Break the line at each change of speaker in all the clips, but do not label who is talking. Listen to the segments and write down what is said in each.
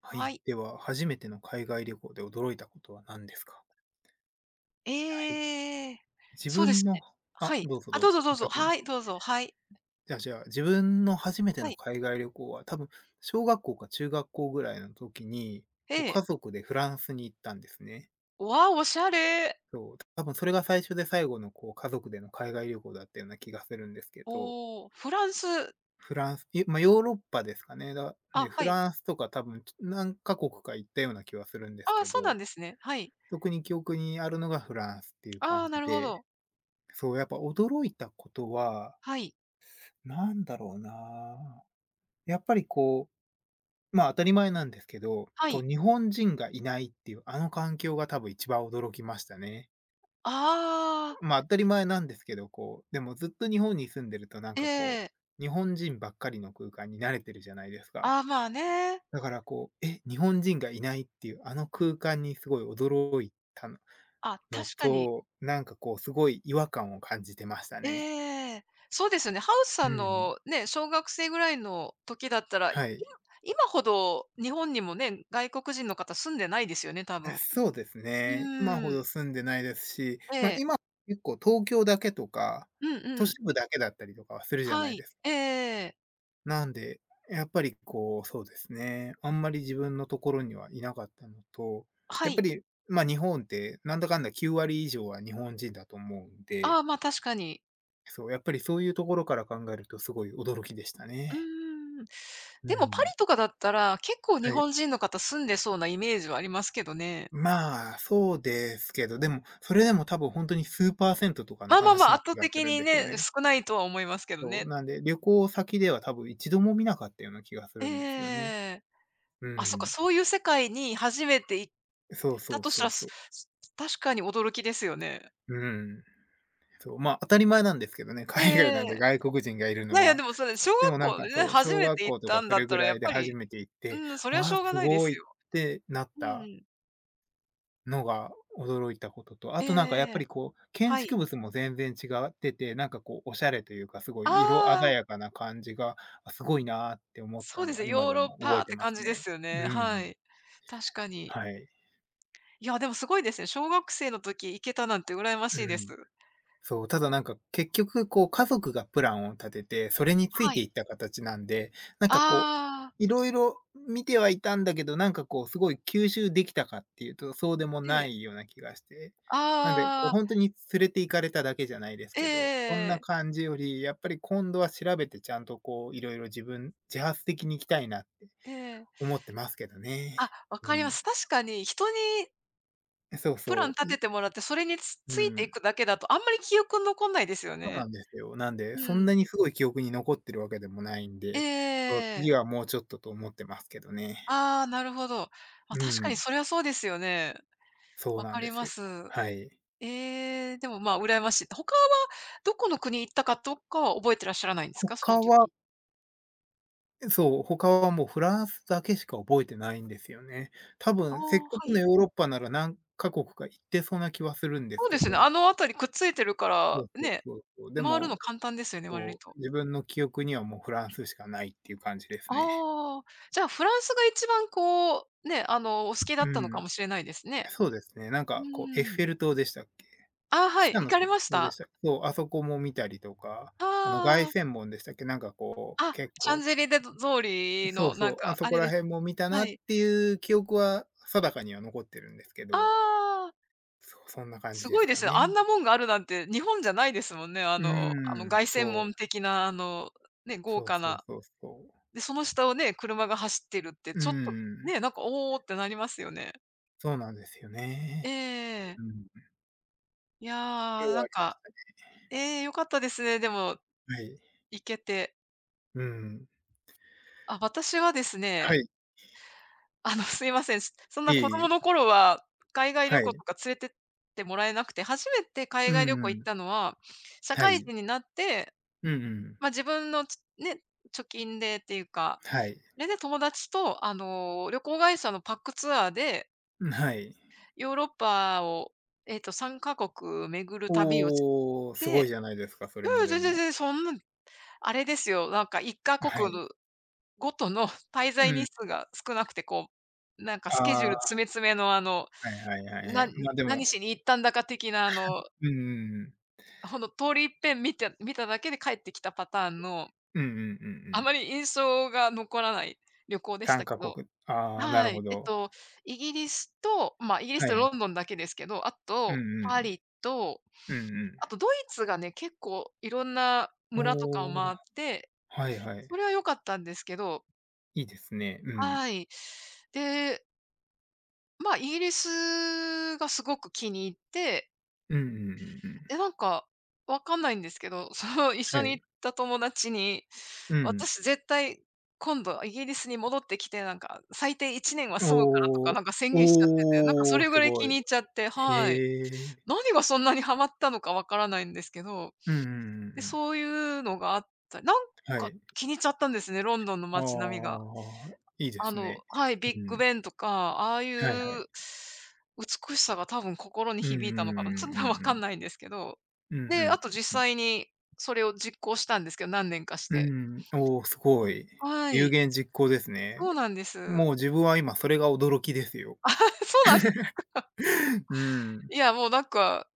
は
は
い。
い。
では、初めての海外旅行で驚いたことは何ですか？はい。
ええ。
自
そうで
分
す
の
ね。は
あ、
い。
どうぞ
あ、
どう
どう
ぞ、
ぞどう
お
ぞ。
先に。
はい、どうぞ。はい。
じゃあ、自分の初めて
は
の
い。
海外旅行は、多分小学校か中学校ぐらいの時に、
え
こう家
え。
族でフランスに行ったんですね。
わあ、おしゃれ。
そう、多分それが最初で最後のこう家族での海外旅行だったような気がするんですけど、
おお、フランス。
フランス、まあ、ヨーロッパですかね。だ
あ、
で、フ
はい。
ランスとか多分、何カ国か行ったような気はするんです
ああ、
け
そうなん
ど、
ですね。はい。
特に記憶にあるのがフランスっていう
あ
感
あ、な
じ
るほ
で、
ど。
そう、やっぱ驚いたことは、
はい。
なんだろうな。やっぱりこう、まあ、当たり前なんですけど、
は
こう
い。
日本人がいないっていう、あの環境が多分一番驚きましたね。
ああ、
まあ、当たり前なんですけど、こう、でもずっと日本に住んでるとなんかこ
ええ。
う、日本人ばっかりの空間に慣れてるじゃないですか。
ああ、まあね。
だからこう、日本人がいないっていう、あの空間にすごい驚いた
あ、
の
確かに。
と、なんかこうすごい違和感を感じてましたね。
ええ。そうですよね。ハウス
う
さ
ん
ん
うん。
のね、小学生ぐらいの時だったら、
はい。
今ほど日本にもね、外国人の方住んでないですよね、多
あ、
分。
そうです
う
ね。今ほ
ー
ど
ん。
住んでないですし、
え
まあ、
え。
今結構東京だけとか、
うんう
都市
ん。
部だけだったりとかはするじゃない
は
です
い。
か。
ええ。
なんで、やっぱりこう、そうですね、あんまり自分のところにはいなかったのと、
は
やっぱ
い。
り、ま、日本ってなんだかんだ9割以上は日本人だと思うん
ああ、
で、
ま、確かに。
そう、やっぱりそういうところから考えるとすごい驚きでした
うー
ね。
ん。
う
でもパリ
ん。
とかだったら、結構日
はい。
本人の方住んでそうなイメージはありますけどね。
まあ、そうですけど、でも、それでも多分ほんとに数％パーセントとかの
まあまあま
話
あ、
な
圧倒
気がす
的
るん
に
ですよ
ね、
ね。
少ないとは思いますけど
そう、
ね。
なんで、旅行先では多分一度も見なかったような気がするんですよ
え
ね。
え。
うんう
あ、そっか、
ん。
そういう世界に初めて行っ
そう
た
そう
とした
そ
ら、
うそう。
す確かに驚きですよね。
うん。そう、まあ、当たり前なんですけどね、
え
海外なんで
え。
外国人がいる
い
の
やいや、で
は。
もそれ、小
でも
学
なん
校
か
でね、
そう、
初
小
め
学
て行っ
校と
た
か
ん
そ
だっ
れ
た
ぐ
ら
ら
やっ
いで
ぱ
初
り、
めて行っ
う
て、
ん、それは
わ
し
あ、
ょうが
す
ないで
ごい
す
っ
よ。
てなっ
う
た
ん。
のが驚いたことと、あ
え
となんかやっぱ
え。
りこう、建
は
築
い。
物も全然違ってて、なんかこうおしゃれというか、すご
あ
い色鮮
あ。
やかな感じが、あ、すごいなって思っ
そ
た
うで
の
す
は
ね、
今
ヨー
で
ロッ
も覚
パ
え
っ
て
て
ま
感
す
じで
ね。
すよ
う
ね。
んう
は
ん。
い。確かに。
はい。
いや、でもすごいですね。小学生の時行けたなんて羨まし
う
いです。
ん。そう、ただなんか結局こう家族がプランを立てて、それについ
は
て
い。
いった形なんで、なんかこ
ああ、
う、いろいろ見てはいたんだけど、なんかこうすごい吸収できたかっていうと、そうでも
え
な
え。
いような気がして。なんで、こう
あ
ほんと
あ、
に連れて行かれただけじゃないです
え
けど、そんな
え。え
感じより、やっぱり今度は調べてちゃんとこういろいろ自分自発的に行きたいなって
え。
思ってますけどね。
あ、わか
う
りま
ん。
す。確かに人に
そう
プラン
そ
立
う、
ててもらって、それに
う
ついてい
ん、
くだけだと、あんまり記憶に残んないですよ
そうな
ね。
んですよ。なんで、
う
そん
ん。
なにすごい記憶に残ってるわけでもないんで、そ
え
う、
え。
次はもうちょっとと思ってますけどね。
ああ、なるほど。あ、
う
確かに
ん、
それはそうですよね。
そう
わ
な
か
んで
り
す
ま
よ。
す。
はい。
ええ、でも、まあ、羨ましい。他はどこの国行ったかとかは覚えてらっしゃらないんですか？その
他
時。
はそう、他はもうフランスだけしか覚えてないんですよね。多
あ
分せっ
あ、は
かくの
い。
ヨーロッパなら何カ国か行ってそうな気はするんで
そ
す
うで
け
す
ど、
ね、あの辺りくっついてるか
そ
ら、
うそう
ね、
そうそう、で
回るの
も、
簡単ですよね、割
そ
と。
う、自分の記憶にはもうフランスしかないっていう感じですね。
ああ、じゃあフランスが一番こう、ね、あの、お好きだ
う
ったのか
ん、
もしれないですね。
そうですね、なん
う
かこうエッ
ーん。
フェル塔でしたっけ？
ああ、は
ピ
い、
サ
行
の
か
し
れまし
ょうで
た？
した。そう、あそこも見たりとか、
あ
あの、凱
あ、
旋門でしたっけ？なんかこう、
あ、
結
シャン
構
ゼリゼ通り
そ
の
う
なん
そう、あ
か
そ
あ
こ
れ
ら
です
辺
ね。
も見た
は
なっ
い。
ていう記憶は定かには残ってるんですけ
あ
ど、
あ。
そう、そんな感じ
す
で
ご
す
いで
か
すね。
ね。
あんなもんがあるなんて、日本じゃないですもんね。
うー
あの、
ん、
凱旋
そ
門
う。
的な、あの、ね、豪
そう
華
そう
な。
そうそう。
で、その下をね、車が走ってるって、
うー
ちょっと、
ん、
ね、なんか、おおってなりますよね。
そうなんですよね。
ええ。
うん。
いや
それ
ー、な
は
ん
あり
か、ええ、よかったですね、でも、
はい。
行けて。
うん。
あ、私はです
は
ね、
い。
あの、すいません、そんな
いえ
子
い
供の
え。
頃は、海外旅
は
行
い。
とか連れてってもらえなくて、初めて海
うん
外旅行
う
行っ
ん。
たのは、社
は
会
い。
人になって
うんうん。
まあ、自分のね、貯金でっていうか、
はい。
でね、友達と、あの、旅行会社のパックツアーで、
うん、はい。
ヨーロッパを、3カ国巡る旅をし
おお、すごい
て、
じゃないですか、それも
うん、
で
全然全
も。
然そんなあれですよ、なんか
は
1カ
い。
国ごとの 滞
う
在
ん。
日数が少なくて、こう、なんか
あ
スケジュ
あ、
ール
は
詰め詰めの
いはいはいは
な
い。ま、で
何
も、
しに行ったんだか的なあの、
うんうんうん。
ほんと通り一遍見ただけで帰ってきたパターンの、
うんうんうんう
あ
ん。
まり印象が残らない旅行でし
3
たけ
カ
ど。
国。ああ、な
は
るほ
い。
ど。
イギリスと、まあ、イギリス
はい
と
は
ロン
い。
ドンだけですけど、あ
うん
と
う
パ
ん。
リと、
うんうん。
あとドイツがね、結構いろんな村とかを
お
回
お、
って、
はいはい。
それは良かったんですけど、
いいですね。うん。
はい。で、まあ、イギリスがすごく気に入って
うんうんうんう
え、
ん。
なんか、わかんないんですけど、その、一
は
緒に
い。
行った友達に、
うん。
「私絶対今度イギリスに戻ってきて、なんか、最低1年は住むから」とか、
おお、
なんか宣言しちゃってて、なんか
お
そ
お、
れぐ
す
らい
ご
気に
い。
入っちゃって。はい。
へえ。
何がそんなにハマったのかわからないんですけど、
うんうんうんう
で、
ん。
そういうのがあったなん
は
か
い。
気に入っちゃったんですね、ロンドンの街並みが。
ああ、いいで
あ
す
の、
ね。
はい、
う
ビッグベ
ん。
ンとか、ああい
はいはい。
う美しさが多分心に
うんう
響いたのかな、ちょっと わかんない
ん
んですけど。
うんう
で、あ
ん
と実
うんうん。
際にそれを実行したんですけど、何年かし
う
て。
んうん。おおー、すごい。
は
有
い、
言実行です
そう
ね。
なんです。
もう自分は今それが驚きですよ。
そうなん
うん。
いや、もうなんか、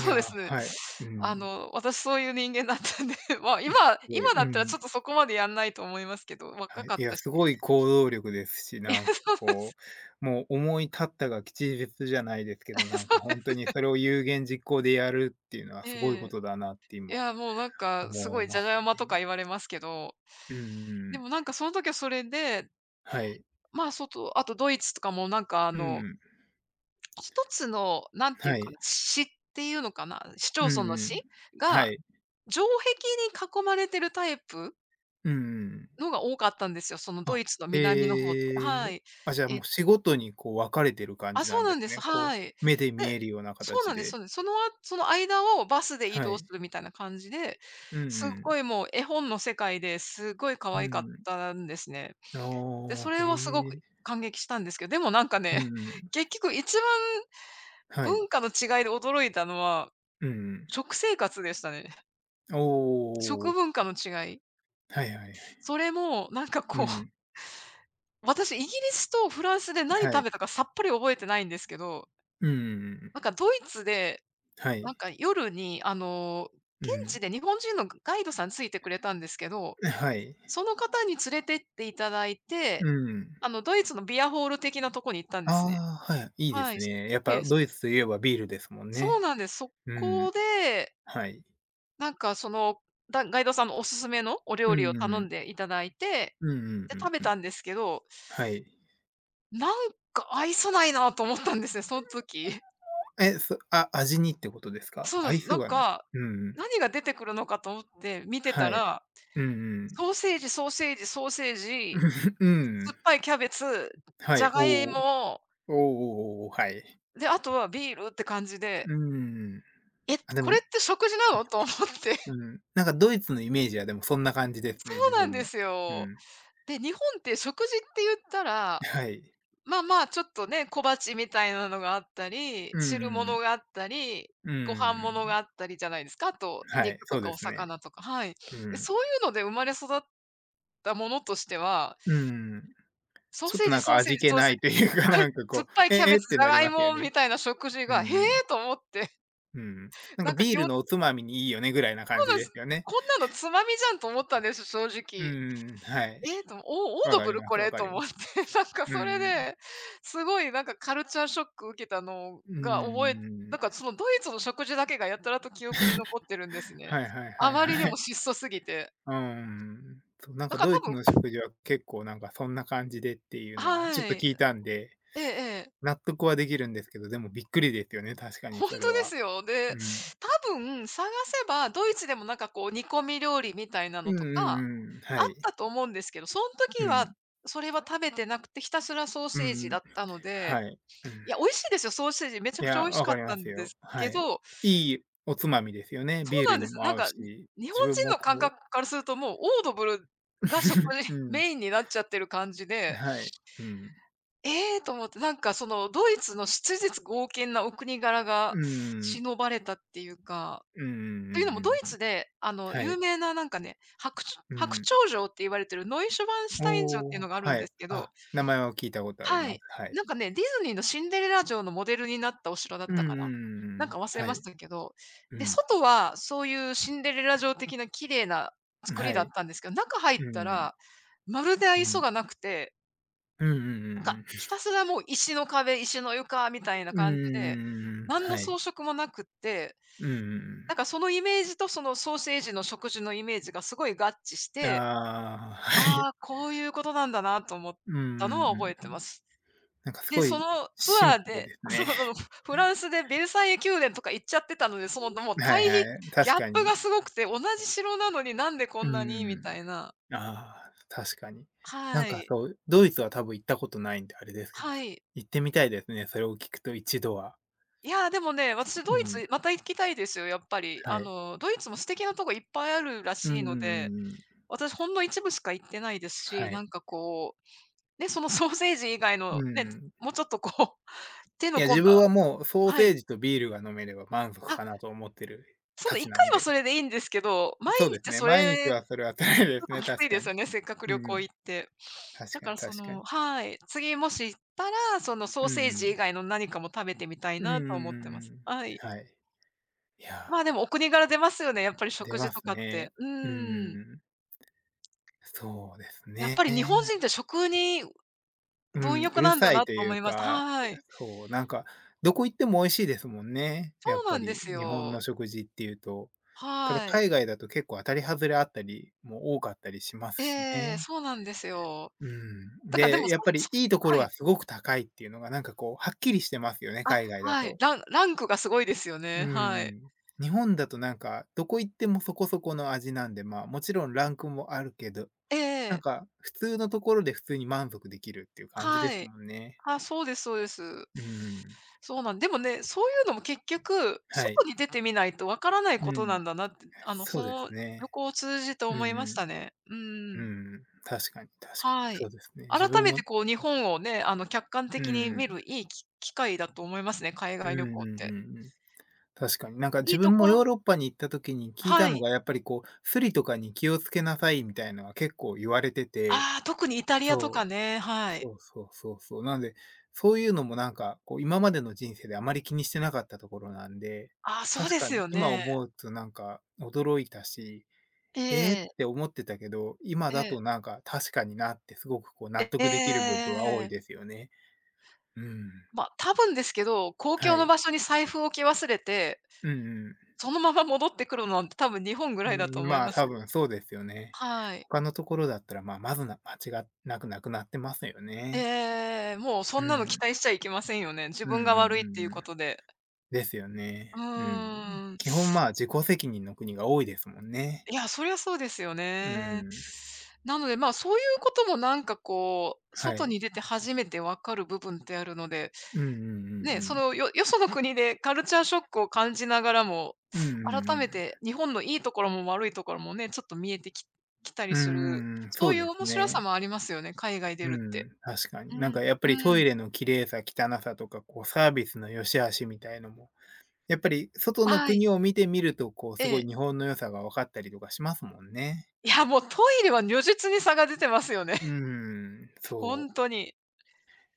い
うで
や、
すね。
はい。う
あ
ん。
の、私そういう人間だったんで、まあ、
すごい。
今だ
う
ったらちょっ
ん。
とそこまでやんないと思いますけど、若
はい。
かっ
い
た
や、
し。
すごい 行動力ですし、
いや、
なん
そ
か
うです
こう、もう思い立ったが吉日じゃないですけ ど、なん
そ
か
うで
本当
す。
にそれを有言実行でやるっていうの はすごい
え
こ
え。
とだなって
い
今
や、もうなんかす
思
ご
い
いじゃ
ま
じ
す
ゃ
よ
馬とか
ね。
言われますけど
うんう
で
ん、
もなんかその時はそれで、
はい。
まあ、あとドイツとかもなんかあ
う
の、
ん。
一つのなんていう
は
か
い。
な、市っていうのかな、市町
う
村の
んうん。
市
は
が、
い。
城壁に囲まれてるタイプ
うんうん、
のが多かったんですよ、そのド
あ、
イツの南の方って。
え
は
え。
い。
あ、じゃあ、
え、
もう仕事にこう分かれてる感
あ、
じ
そ
な
う
んで
なん
す
です。
ね。こ
はい。で、
う、目で見えるような
そうな
形
んです。そう
で。
なんです。その間をバスで移
は
動す
い。
るみたいな感じで、
うんう
すっごい
ん。
もう絵本の世界ですっごい可
う
愛かっ
ん。
たんですね。
あ
で、そ
あ、
れはすご
へ
く
え。
感激したんですけど、でもなんか
うん
ね、
う ん。
結局一番
はい。
文化の違いで驚いたのは、
うんう
食生活でしたね。
ん。お
食
お。
文化の違い。
はいはいはい。
それもなんか
う
こう、
ん。
私イギリスとフランスで何
は
食
い。
べたかさっぱり覚えてないんですけど、
うんうんうん。
なんかドイツで、
は
なん
い。
か夜にあの、
う
現地
ん。
で日本人のガイドさんついてくれたんですけど、
はい。
その方に連れてっていただいて、
うん。
あのドイツのビアホール的なとこに
ああ、はい、うん、おお、はい、はい、はい、うん、はい、うん、はい、うん、はい、うん、あ
行ったんですね。
あ、はい、いいで
はい。
すね。やっ
ええ。
ぱドイツといえばビールですもん
そう
ね。
なんです。そ
う
こ
ん。
で、
はい。
なんかその、ガイドさんのおすすめのお
う
料理を
ん
頼
う
ん
ん。
でいただいて、
うんうんう
で、食
ん
べ
う
た
ん。
んですけど、
はい。
なんか愛さないなと思ったんですね、その時。
味にってことですか？
そうなん
合
で
い
す。な
そう
ん
がない。
か、
うんうん。
何が出てくるのかと思って見てた
はい。
ら、
うんうん。
ソーセージ、ソーセージ、ソーセージ、
う
酸
ん。
っぱいキャベツ、
は
じ
い、
ゃ
お
がい
お。
も、
おお、おお、おお、はい。
で、あとはビールって感じで、
うん。
え、
あ、で
こ
も、
れって食事なの？と思って。
うん、なんかドイツのイメージはでもそんな感じです
そ
ね、自
うなん
分
で
も。
す
う
よ。
ん。
で、日本って食事って言ったら
はい。
まあまあ、ちょっとね、小鉢みたいなのがあったり、
うんう
汁
んう
物
ん。
があったり、
う
ご飯
ん、
物があったりじゃないですか。あと、
はい、
肉と
そう
か
で
お
すね。
魚とか、はい。
う
で、
ん。
そういうので生まれ育ったものとしては、
うん。
ソー
ちょっ
セ
と
ー
な
ジ
んか
ソーセー
味
ジ
気
ソー
な
セー
いというか、
ジ、はい、
なんか
酸
こ
っぱい
う、
キャ
え
ベ
えっ
ツ、
て
じゃ
なり
がい
ますよ
もみ
ね。
たいな食事
う
が、へえ
ん。
と思って、
うん。なん
な
か
んか
ビール
そ
のおつまみにいいよねぐら
う
いな感じ
なんで
で
す。
すよね。
こんなのつまみじゃんと思ったんです、正
う
直。
んん、はい。
オオー
わ
ド
か
ブ
り
ル
ま
こ
すわ
れ
か
と
り
思っ
ます。
て、なんか
う
それ
んうん。
で、すごいなんかカルチャーショック受けたの
うんうんう
が
ん
なん
ん、
かそのドイツの食事だけがやたらと記憶に残ってるんですね。
はいはい
あ
はい
まりに
は
も
い。
質素すぎて。
うーん。そう、なん
だ
か
から
ドイツの
多分。
食事は結構なんかそんな感じでっていうのはちょっ
は
と
い。
聞いたんで、
ええ。ええ。
納得はできるんですけど、でもびっくりですよね、確かに
本
それ
当で
は。
すよ。
う
で、
ん。
多分探せばドイツでもなんかこう煮込み料理みたいな
う
のと
んう
か、
んうん。は
あっ
い。
たと思うんですけど、その
う
時は、
ん。
それは食べてなくて、ひたすらソー
う
セージ
んう
だ
ん。
ったので、
はい。うん。
いや、美味しいですよ、ソーセージ、めちゃ
い
くちゃ
や、
美味し
わ
かっ
かり
た
ます
んで
よ。
す
は
け
い。
ど、
いいおつまみですよね。
そ
ビー
うな
ル
んで
に
す。
も
なん
合う
か、に
し、
日本
自分
人
も
の感
こ
覚
う
からすると、もうオードブルが食 事
う ん、
メインになっちゃってる感じで、
はい、うん。
ええと思って、なんかそのドイツの質実剛健なお国柄
う
が
ん。
忍ばれたっていうか、
うんうんう
という
ん
のも
う
ド
ん
イ
う
ツ
ん。
で、
は
有
い。
名ななんかね、白鳥
う
白
ん。
鳥城って言われてるノイシュバンシュタイン城っていう
お
の
お、
がある
は
んで
い。
すけど。
あ、名前は聞いたことあり
は
ます。
い。
はい。
なんかね、ディズニーのシンデレラ城のモデルになったお城だっ
うんう
た
ん
かな。
うん
な
う
んか
ん。
忘れ
は
まし
い。
たけど、
う
で、
ん。
外はそういうシンデレラ城的な綺麗な作り
は
だっ
い。
たんですけど、中入っ
う
た
ん。
ら、まるで
う
愛想
ん。
がなくて、
うんうんうんう
なんか
ん。
ひたす らもう石の壁、石の床みたいな
うんうんうん
感じで、
うんうん。
何の
はい。
装飾もなくって、
うんうんうん。
なんかそのイメージとそのソーセージの食事のイメージがすごい合致して、
ああ、は
あ
い。
あ、こういうことなんだなと思っ
うんうんうん
たのは
う
覚え
ん。
てます。
なんかす
で、
ご
そ
い
のツ
シン
ア
プ
ー
ル
で、
です
そう、
ね。
そうフランスでベルサイユ宮殿とか行っちゃってたので、その、もう
は
対
い
比
はい、
ギ
確
ャッ
か
プ
に。
がすごくて、同じ城なのになんでこ
う
んなにみ
ーん。
たいな。
ああ、確かに。なん
は
か
い。
そう、ドイツは多分行ったことないんであれですけど、
はい。
行ってみたいですね、それを聞くと一度は。
いや、でもね、私ド
う
イ
ん、
ツまた行きたいですよ、やっぱり。
はい。
ドイツも素敵なとこいっぱいあるら
うん
し
う
い
んう
ので、
んうん。
私ほんの一部しか行ってないですし、
は
な
い。
んかこう、ね、その ソーセージ以外の
う
ね、
ん。
もうちょっとこう、手
い
の
や、
込
自
んだ
分はもうソー
は
セー
い。
ジとビールが飲めれば満足
あ、
かなと思ってる
その
た
1
ちなん
回は
で、
それでいいんですけど、毎
そうです
日
ね、
そ
毎日
れ
はそれは辛い
ち
で
ょっ
す
と
ね、
きつい
確
で
か
す
に。
よね、せっかく
う
旅
んう
行
ん。
行って。
確
だ
か
か
に
らそ
確かに。
のはい、次もし行ったら、そのソー
うん
セー
う
ジ以
ん。
外の何かも食べてみたい
うんうん
な
う
と思って
ん
ます。
う
はい。
ん。はい。いや
まあ、
ー。
でもお国柄出ますよね、やっぱり食
出
事
ま
と
す
かって。
ね。
う
う
ーん。
ん。そうです
やっぱ
ね。
り日本人って食に
うん、
貪
う
欲
る
なんだ
さい
な
と
と
い
思
う
いました。
か、
はい。
そう、なんか、どこ行っても美味しいですもんね、
そ
やっ
うな
ぱ
んで
り、
す
日本の
よ。
食事っていうと。ただ
はい。
海外だと結構当たり外れあったりも多かったりしますし
ええ、
ね。
そうなんですよ。
うん。
だからで
で、
も、そ
やっぱ
そ
りいいと ころ
はい。
はすごく高いっていうのがなんかこうはっきりしてますよね、
あ、
海外だ
はい。
と。
ランクがすごいですよ
う
ね。はい。
ん。日本だとなんか、どこ行ってもそこそこの味なんで、まあ、もちろんランクもあるけど
え
なん
え、
か、普通のところで普通に満足できるっていう感じで
は
す
い。
もんね。
あ、そうですそうです。
うん。
そうなんでもね、そういうのも結局、
は
外
い。
に出てみないとわからない
う
ことな
ん。
んだなって、
そ
そ
うで
の
す
旅
ね。
行を通じて
うんう
思いまし
ん。
たね。うん
うん。確かに確かに、
は
そ
い。
うですね。自
改
分
め
も
てこう日本をね、客観
う
的に
ん。
見るいい機会だと思いますね、海
うん
外旅
うん
行
う
って。
んうん。確かに。なんか
い
自
いと
分
こ
も
ろ
ヨーロッパに行った時に聞いた
は
の
い。
が、やっぱりこう、スリとかに気をつけなさいみたいなのは結構言われてて。
ああ、特にイタリアと
そう。
かね、はい。
そうそうそうそう。なんで、そういうのもなんか、こう、今までの人生であまり気にしてなかったところなんで、
ああ、そう
確
で
か
す
に
よ
今
ね。
思うとなんか驚いたし、
え
えーっ
ええ
て思ってたけど、今だ
え。
となんか確かになってすごくこう納
ええ。
得できる部
え
分は多い
え。
ですよね。うん。
ま、多分ですけど、公共
は
の
い。
場所に財布を置き忘れて
うんうん。
そのまま戻ってくるのは多分日本ぐら
う
いだと
ん、
思い
まあ
ます
多
よ。
分そうですよね。
はい。
他のところだったら、まあ、まずな間違いなくなくなってますよね。
ええもうそ
う
んなの期
ん。
待しちゃいけませんよね。自
うんう
分
んう
が
ん
悪いっていう
う
こ
ん。
とで。
ですよ
う
ね。うん。
ーん。
基本、まあ、自己責任の国が多いですもんね。
いや、そりゃそうですよ
う
ね。
ん。
なので、まあ、そういうこともなんかこう、
は
外
い。
に出て初めてわかる部分ってあるので、
うんうんうん
ね、
う
そ
ん。
のよよその国でカルチャーショックを感じながらも、
うんう
改
んう
めて
ん。
日本のいいところも悪いところもね、ちょっと見えてききた
う
り
ー
する、
ん、そ
そう
う
いう
です
面白さ
ね。
もありますよね、海外出
う
るって。
ん、確かに。
うん、
なんかやっぱ
う
りト
ん。
イレの綺麗さ、汚さとか、こうサービスの良し悪しみたいのも、やっぱり外の
はい、
国を見てみると、こう
え
すごい
え。
日本の良さが分かったりとかしますもんね。
いや、もうトイレは如実に差が出てますよね。
うーん、そ
本
う。
当に。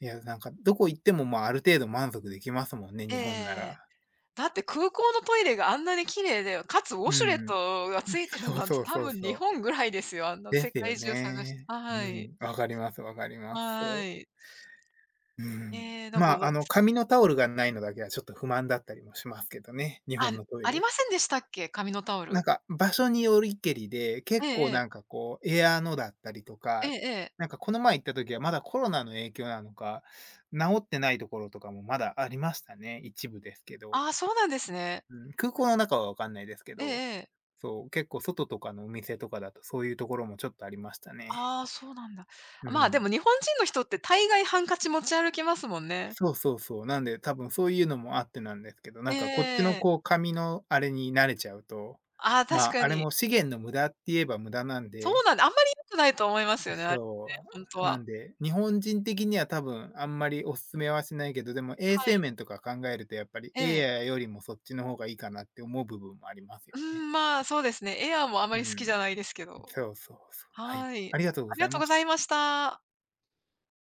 いや、なんかどこ行っても、まあ、ある程度満足できますもんね、日本な
ええ
ら。
だって空港のトイレがあんなに綺麗で、かつウォ
う
シュレッ
ん。
トがついてる
そう
なんて
そう
多
そう
分
そ
日
う。
本ぐらいですよ。あんな
で
世
すよ
界中探して
ね。
は
う
い。
ん、わかりますわかります。
は
そう。
い。
う
え
ん。
え、なん
ま
かの、
あ、
わ
あの、紙のタオルがないのだけはちょっと不満だったりもしますけどね、日
あ、
本のトイ
あり
レ。
ませんでしたっけ？紙のタオ
なん
ル。
か場所によりけりで、
え
結構
え
な
ええ。
んかこうエアーのだったりと
え
か、
えええ。
なんかこの前行った時はまだコロナの影響なのか、治ってないところとかもまだありましたね、一部ですけど。
ああ、そうなんですね。
うん、空港の中はわかんないですけ
ええ
ど、
ええ。
そう、結構外とかのお店とかだとそういうところもちょっとありましたね。
ああ、そうなんだ。
う
まあ、で
ん。
も日本人の人って大概ハンカチ持ち歩きますもんね。
そうそうそう。なんで、多分そういうのもあってなんですけど、な
え
んかこっちの
え。
こう紙のあれに慣れちゃうと、
ああ、確
まあ、
か
あれ
に。
も資源の無駄って言えば無駄なん
そう
で、
なんであんまり良くないと思いますよね、あれもね、
そ
ほんと
う。な
は。
んで、日本人的には多分あんまりお勧めはしないけど、でも衛
は
生
い。
面とか考えるとやっぱり
ええ。
AI よりもそっちの方がいいかなって思う部分もありますよ
うー
ね。
ん、まあ、そうですね、エアーもあま
う
り好き
ん。
じゃないですけど。
そうそうそう。はい。
はい。
ありがとう
あ
ご
り
ざ
が
い
とう
ま
ご
し
ざい
た。
ました。